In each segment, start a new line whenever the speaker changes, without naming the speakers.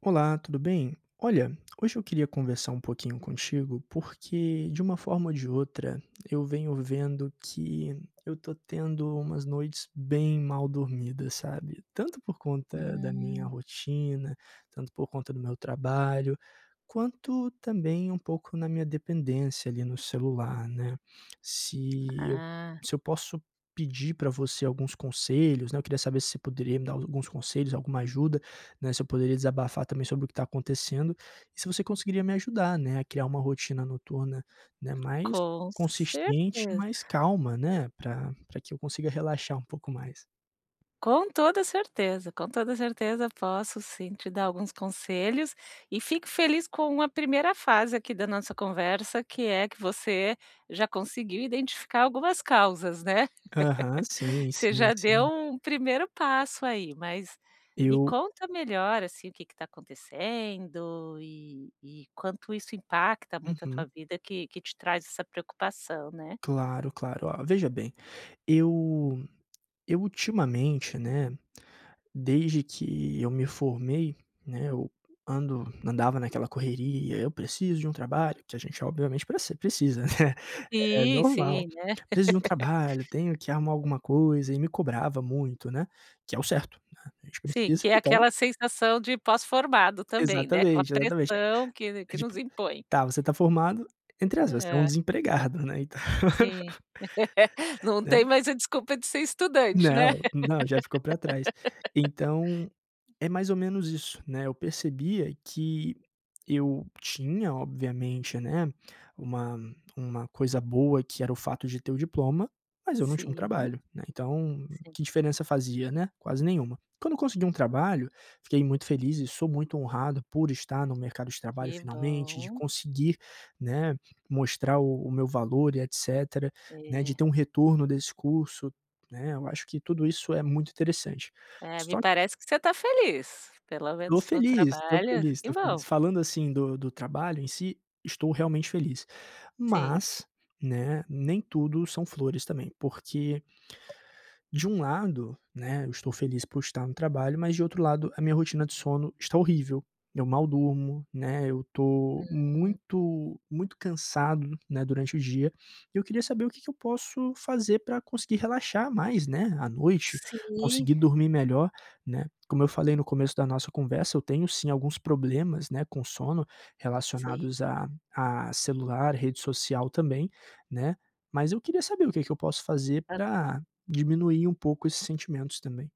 Olá, tudo bem? Olha, hoje eu queria conversar um pouquinho contigo, porque de uma forma ou de outra eu venho vendo que eu tô tendo umas noites bem mal dormidas, sabe? Tanto por conta da minha
Hum,
rotina, tanto por conta do meu trabalho, quanto também um pouco na minha dependência ali no celular, né? Se eu,
ah,
se eu posso pedir para você alguns conselhos, né? Eu queria saber se você poderia me dar alguns conselhos, alguma ajuda, né, se eu poderia desabafar também sobre o que está acontecendo e se você conseguiria me ajudar, né, a criar uma rotina noturna, né, mais
com
consistente,
certeza,
mais calma, né, para que eu consiga relaxar um pouco mais.
com toda certeza, com toda certeza posso sim te dar alguns conselhos e fico feliz com a primeira fase aqui da nossa conversa, que é que você já conseguiu identificar algumas causas, né.
Aham, sim,
Você
sim,
já deu
sim.
um primeiro passo aí, mas me
Eu
conta melhor, assim, o que está acontecendo e quanto isso impacta muito a tua
Uhum.
vida que te traz essa preocupação, né.
Claro, claro. Ó, veja bem, eu eu ultimamente, né, desde que eu me formei, né, eu ando andava naquela correria. Eu preciso de um trabalho, que a gente obviamente prece precisa, né. É
Sim,
normal.
sim, né.
Preciso de um trabalho, tenho que arrumar alguma coisa e me cobrava muito, né, que é o certo, né, a gente
Sim,
precisa.
que é
Então
aquela sensação de pós-formado também, né, aquela
exatamente, exatamente.
pressão
É
que nos
tipo,
impõe.
tá, você tá formado, entre aspas, você é um
Hã,
desempregado, né, então,
sim. Não
né.
tem mais a desculpa de ser estudante, né.
Não, não, já ficou pra trás. Então É mais ou menos isso, né. Eu percebia que eu tinha, obviamente, né, uma uma coisa boa que era o fato de ter o diploma, mas eu não tinha um
Sim,
trabalho, né, então
sim,
que diferença fazia, né, quase nenhuma. Quando eu consegui um trabalho, fiquei muito feliz e sou muito honrado por estar no mercado de trabalho
que
finalmente, de
bom.
conseguir, né, mostrar o meu valor e etcétera, né, de
É.
ter um retorno desse curso, né. Eu acho que tudo isso é muito interessante.
É, me
Só
parece que você está feliz, pelo
Tô
menos no
feliz, tô
trabalho,
feliz,
que
tô
bom.
feliz. Falando, assim, do trabalho em si, estou realmente feliz.
Sim.
Mas, né, nem tudo são flores também, porque de um lado, né, eu estou feliz por estar no trabalho, mas de outro lado, a minha rotina de sono está horrível. Eu mal durmo, né? Eu tô
Hum.
muito, muito cansado, né, durante o dia. E eu queria saber o que que eu posso fazer para conseguir relaxar mais, né, à noite,
Sim,
conseguir dormir melhor, né? Como eu falei no começo da nossa conversa, eu tenho sim alguns problemas, né, com sono
sim.
relacionados a celular, rede social também, né? Mas eu queria saber o que que eu posso fazer para diminuir um pouco esses sentimentos também.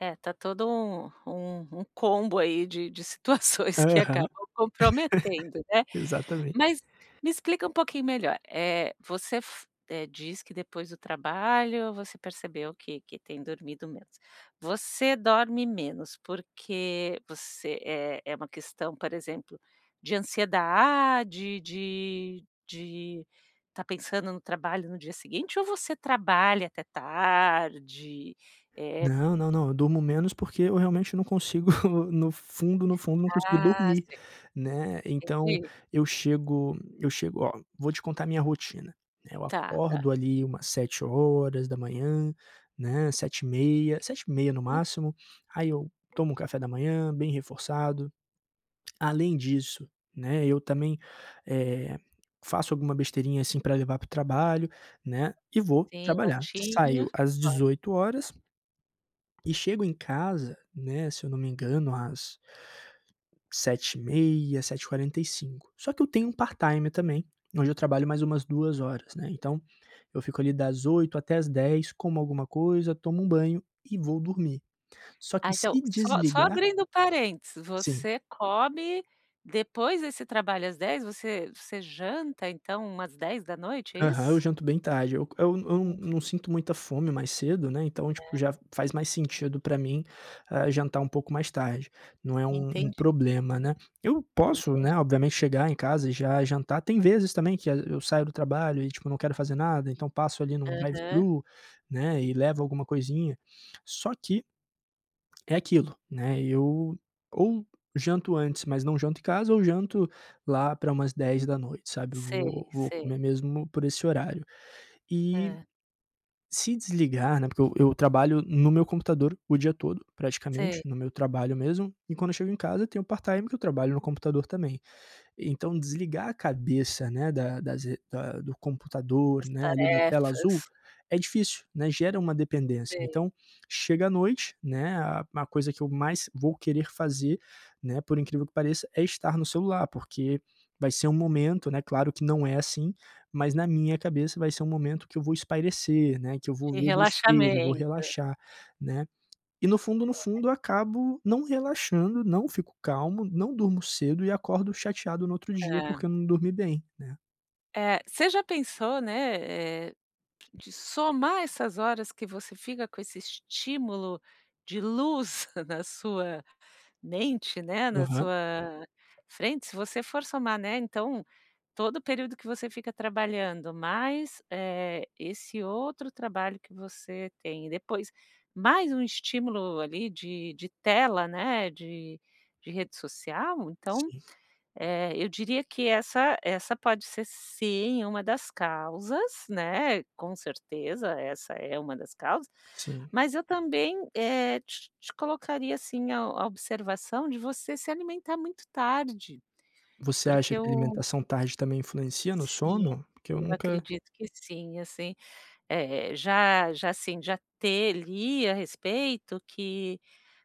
É, tá todo um combo aí de situações que
Aham,
acabam comprometendo, né.
exatamente.
Mas me explica um pouquinho melhor. É, você diz que depois do trabalho você percebeu que tem dormido menos. Você dorme menos porque você é uma questão, por exemplo, de ansiedade, de tá pensando no trabalho no dia seguinte ou você trabalha até tarde? é
Não, não, não, eu durmo menos porque eu realmente não consigo, no fundo, no fundo, não consigo
Ah,
dormir,
sim,
né. Então
entendi.
eu chego eu chego ó, vou te contar a minha rotina, né. Eu
Tá, tá.
acordo ali umas 7 horas da manhã, né, 7:30, 7:30 no
En
máximo. Aí eu tomo um café da manhã bem reforçado. Além disso, né, eu também, eh, faço alguma besteirinha, assim, para levar para o trabalho, né, e vou
sim,
trabalhar. Saio
latinha.
às
Olha,
18 horas e chego em casa, né, se eu não me engano, às 7:30, 7:45. Só que eu tenho um part-time também, onde eu trabalho mais umas 2 horas, né, então eu fico ali das 8 até as 10, como alguma coisa, tomo um banho e vou dormir. Só que
ah,
se
então, só
desligar,
abrindo parênteses,
sim.
você come depois desse trabalho às 10? você janta, então, umas 22h, é
Aham, eu
isso?
janto bem tarde. Eu não
Hum,
não sinto muita fome mais cedo, né, então, tipo, já faz mais sentido pra mim, jantar um pouco mais tarde. Não é um
entendi,
problema, né. Eu posso,
entendi.
né, obviamente chegar em casa e já jantar. Tem vezes também que eu saio do trabalho e, tipo, não quero fazer nada, então passo ali num
Aham.
drive-thru, né, e levo alguma coisinha. Só que é aquilo, né, eu ou janto antes, mas não janto em casa, ou janto lá pra umas 10 da noite, sabe. Eu
Sei,
vou
sei.
comer mesmo por esse horário. E
Hã,
se desligar, né, porque eu trabalho no meu computador o dia todo, praticamente,
sei.
no meu trabalho mesmo, e quando eu chego em casa tem o part-time que eu trabalho no computador também. Então desligar a cabeça, né, da das re da do computador,
As
né, ali da tela
tarefas,
azul, é difícil, né, gera uma dependência.
sei,
Então, chega à noite, né, a coisa que eu mais vou querer fazer, né, por incrível que pareça, é estar no celular, porque vai ser um momento, né, claro que não é assim, mas na minha cabeça vai ser um momento que eu vou espairecer, né, que eu vou
de
ver besteira, eu vou
relaxamento.
relaxar, né. E no fundo, no fundo, eu acabo não relaxando, não fico calmo, não durmo cedo e acordo chateado no outro dia,
É.
porque eu não dormi bem, né.
É, você já pensou, né, de somar essas horas que você fica com esse estímulo de luz na sua mente, né, na
Aham.
sua frente, se você for somar, né, então, todo o período que você fica trabalhando, mais, esse outro trabalho que você tem, e depois mais um estímulo ali de tela, né, de rede social, então
Sim,
é, eu diria que essa pode ser sim uma das causas, né, com certeza essa é uma das causas,
sim.
mas eu também, te colocaria assim a observação de você se alimentar muito tarde,
Você
porque
acha que a
eu
alimentação tarde também influencia no
sim,
sono? Porque eu
eu
nunca.
acredito que sim, assim, já assim, já ter li a respeito que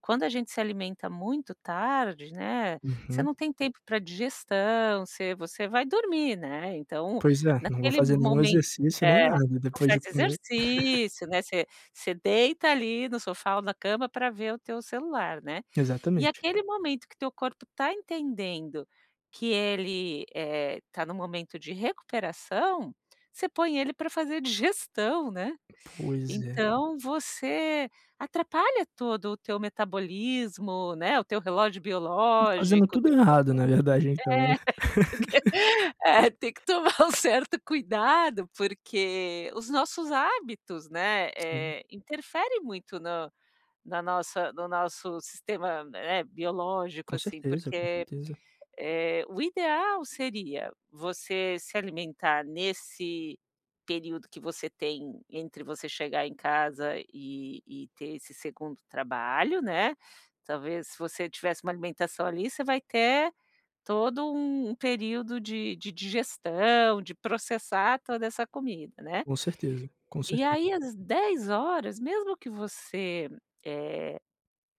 quando a gente se alimenta muito tarde, né, você
Uhum.
não tem tempo para digestão, você vai dormir, né, então
Pois é, não vou
naquele
fazer nenhum
momento
exercício nem
é,
nada
não
depois
faz
de comer.
exercício, né, você deita ali no sofá ou na cama para ver o teu celular, né. E
Exatamente.
aquele momento que teu corpo está entendendo que ele, está no momento de recuperação, você põe ele para fazer digestão, né.
Pois é.
Então você atrapalha todo o teu metabolismo, né, o teu relógio
Tô fazendo
biológico,
tudo
teu
errado, na verdade, então, né.
tem que tem que tomar um certo cuidado, porque os nossos hábitos, né,
Sim,
interfere muito no na nossa no nosso sistema, né, biológico,
com
assim,
certeza, com
porque
certeza,
o ideal seria você se alimentar nesse período que você tem entre você chegar em casa e ter esse segundo trabalho, né. Talvez se você tivesse uma alimentação ali, você vai ter todo um período de digestão, de processar toda essa comida, né.
com certeza, com
E
certeza.
aí às 10h, mesmo que você, eh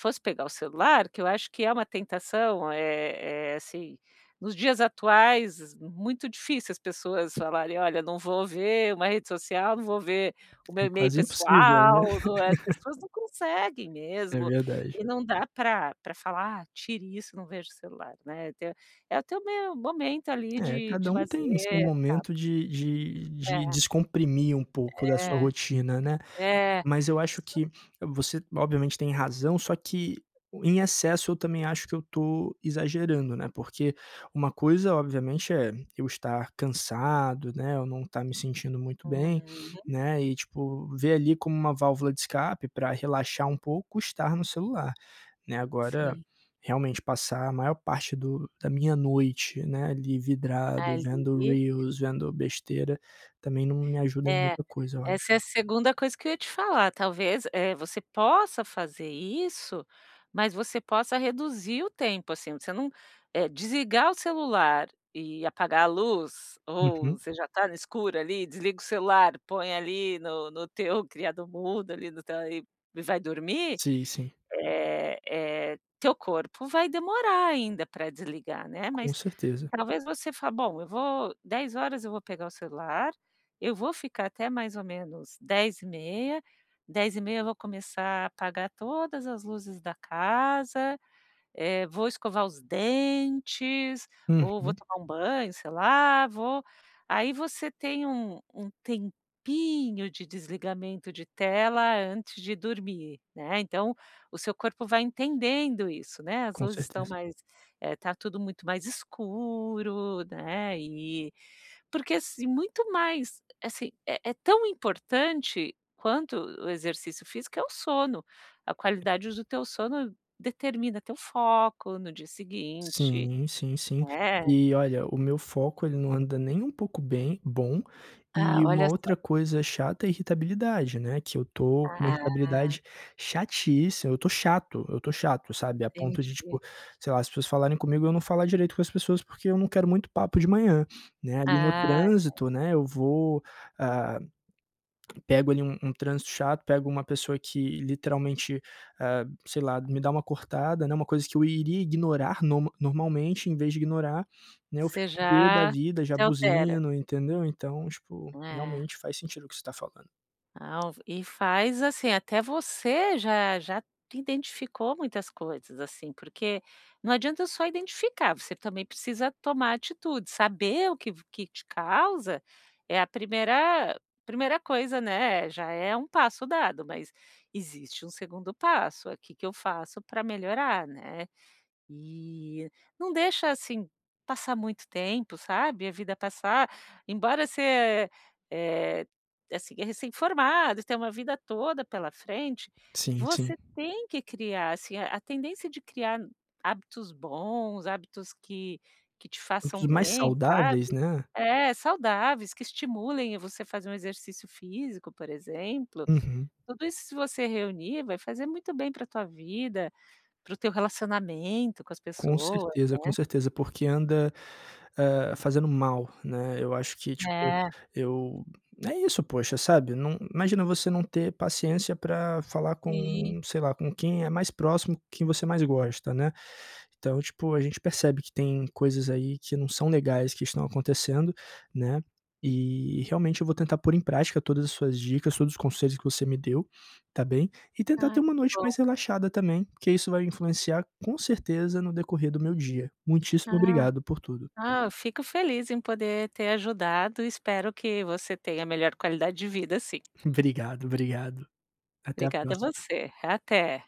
fosse pegar o celular, que eu acho que é uma tentação, é assim, nos dias atuais, muito difícil as pessoas falarem: "Olha, não vou ver uma rede social, não vou ver o meu
É
e-mail
quase impossível, né.
pessoal", não é, as pessoas não conseguem
É
mesmo,
verdade.
e não dá para pra falar: "Ah, tire isso, não vejo o celular", né, te é o teu meu momento ali
É,
de
cada um
lazer.
tem seu momento de de
É,
descomprimir um pouco da sua rotina, né.
é. É.
Mas eu acho que você obviamente tem razão, só que em excesso eu também acho que eu tô exagerando, né, porque uma coisa obviamente é eu estar cansado, né, eu não estar me sentindo muito bem,
Uhum,
né, e tipo, ver ali como uma válvula de escape para relaxar um pouco estar no celular, né. Agora,
sim.
realmente passar a maior parte do da minha noite, né, ali vidrado, vendo
Ali
reels, vendo besteira, também não me ajuda em
É.
muita coisa eu acho.
Essa é a segunda coisa que eu ia te falar, talvez, você possa fazer isso, mas você possa reduzir o tempo, assim, você não desligar o celular e apagar a luz, ou
Uhum.
você já está no escuro ali, desliga o celular, põe ali no teu criado mudo, ali no teu e vai dormir.
Sim, sim.
Eh, teu corpo vai demorar ainda para desligar, né,
Com
mas
certeza.
talvez você fa "Bom, eu vou 10h eu vou pegar o celular, eu vou ficar até mais ou menos 10h30. 10h30 eu vou começar a apagar todas as luzes da casa". Vou escovar os dentes, ou vou
Uhum,
tomar um banho, sei lá, vou aí você tem um tempinho de desligamento de tela antes de dormir, né, então o seu corpo vai entendendo isso, né, as
com
luzes estão
certeza.
mais tá tudo muito mais escuro, né, e porque, assim, muito mais assim, é tão importante quanto o exercício físico é o sono. A qualidade do teu sono determina teu foco no dia seguinte,
Sim, sim, sim.
né.
E olha, o meu foco ele não anda nem um pouco bem bom,
Ah,
e uma
olha
outra
só.
coisa chata é a irritabilidade, né, que eu tô com uma
Ah,
irritabilidade chatíssima, eu tô chato, sabe, a ponto de,
entendi.
tipo, sei lá, as pessoas falarem comigo, eu não falar direito com as pessoas, porque eu não quero muito papo de manhã, né, ali no
Ah,
trânsito, né, eu vou, ah pego ali um trânsito chato, pego uma pessoa que literalmente, sei lá, me dá uma cortada, né, uma coisa que eu iria ignorar normalmente, em vez de ignorar, né, eu
você
fico pê da
já
vida, já
se altera.
buzino, entendeu? Então, tipo,
É.
realmente faz sentido o que você tá falando.
Ah, o e faz, assim, até você já identificou muitas coisas, assim, porque não adianta só identificar, você também precisa tomar atitude, saber o que que te causa é a primeira coisa, né, já é um passo dado, mas existe um segundo passo, "O que que eu faço para melhorar?", né. E não deixa, assim, passar muito tempo, sabe, a vida passar, embora você, eh, assim, é recém-formado, tem uma vida toda pela frente,
Sim, sim.
você tem que criar, assim, a tendência de criar hábitos bons, hábitos que te
Um
façam
dos mais
bem,
saudáveis,
sabe.
né?
É, saudáveis, que estimulem você fazer um exercício físico, por exemplo.
Uhum.
Tudo isso se você reunir, vai fazer muito bem para a tua vida. Para o teu relacionamento com as pessoas.
Com certeza, porque anda, fazendo mal, né. Eu acho que, tipo,
É,
eu é isso, poxa, sabe, não imagina você não ter paciência pra falar
sim.
com, sei lá, com quem é mais próximo, quem você mais gosta, né. Então, tipo, a gente percebe que tem coisas aí que não são legais que estão acontecendo, né, e realmente eu vou tentar pôr em prática todas as suas dicas, todos os conselhos que você me deu, tá bem? E tentar
Ah,
ter uma
que
noite
bom.
mais relaxada também, porque isso vai influenciar com certeza no decorrer do meu dia. Muitíssimo
Ah,
obrigado por tudo.
ah, eu fico feliz em poder ter ajudado. Espero que você tenha melhor qualidade de vida, sim.
Obrigado, obrigado. Até a
Obrigada a
próxima.
você. Até.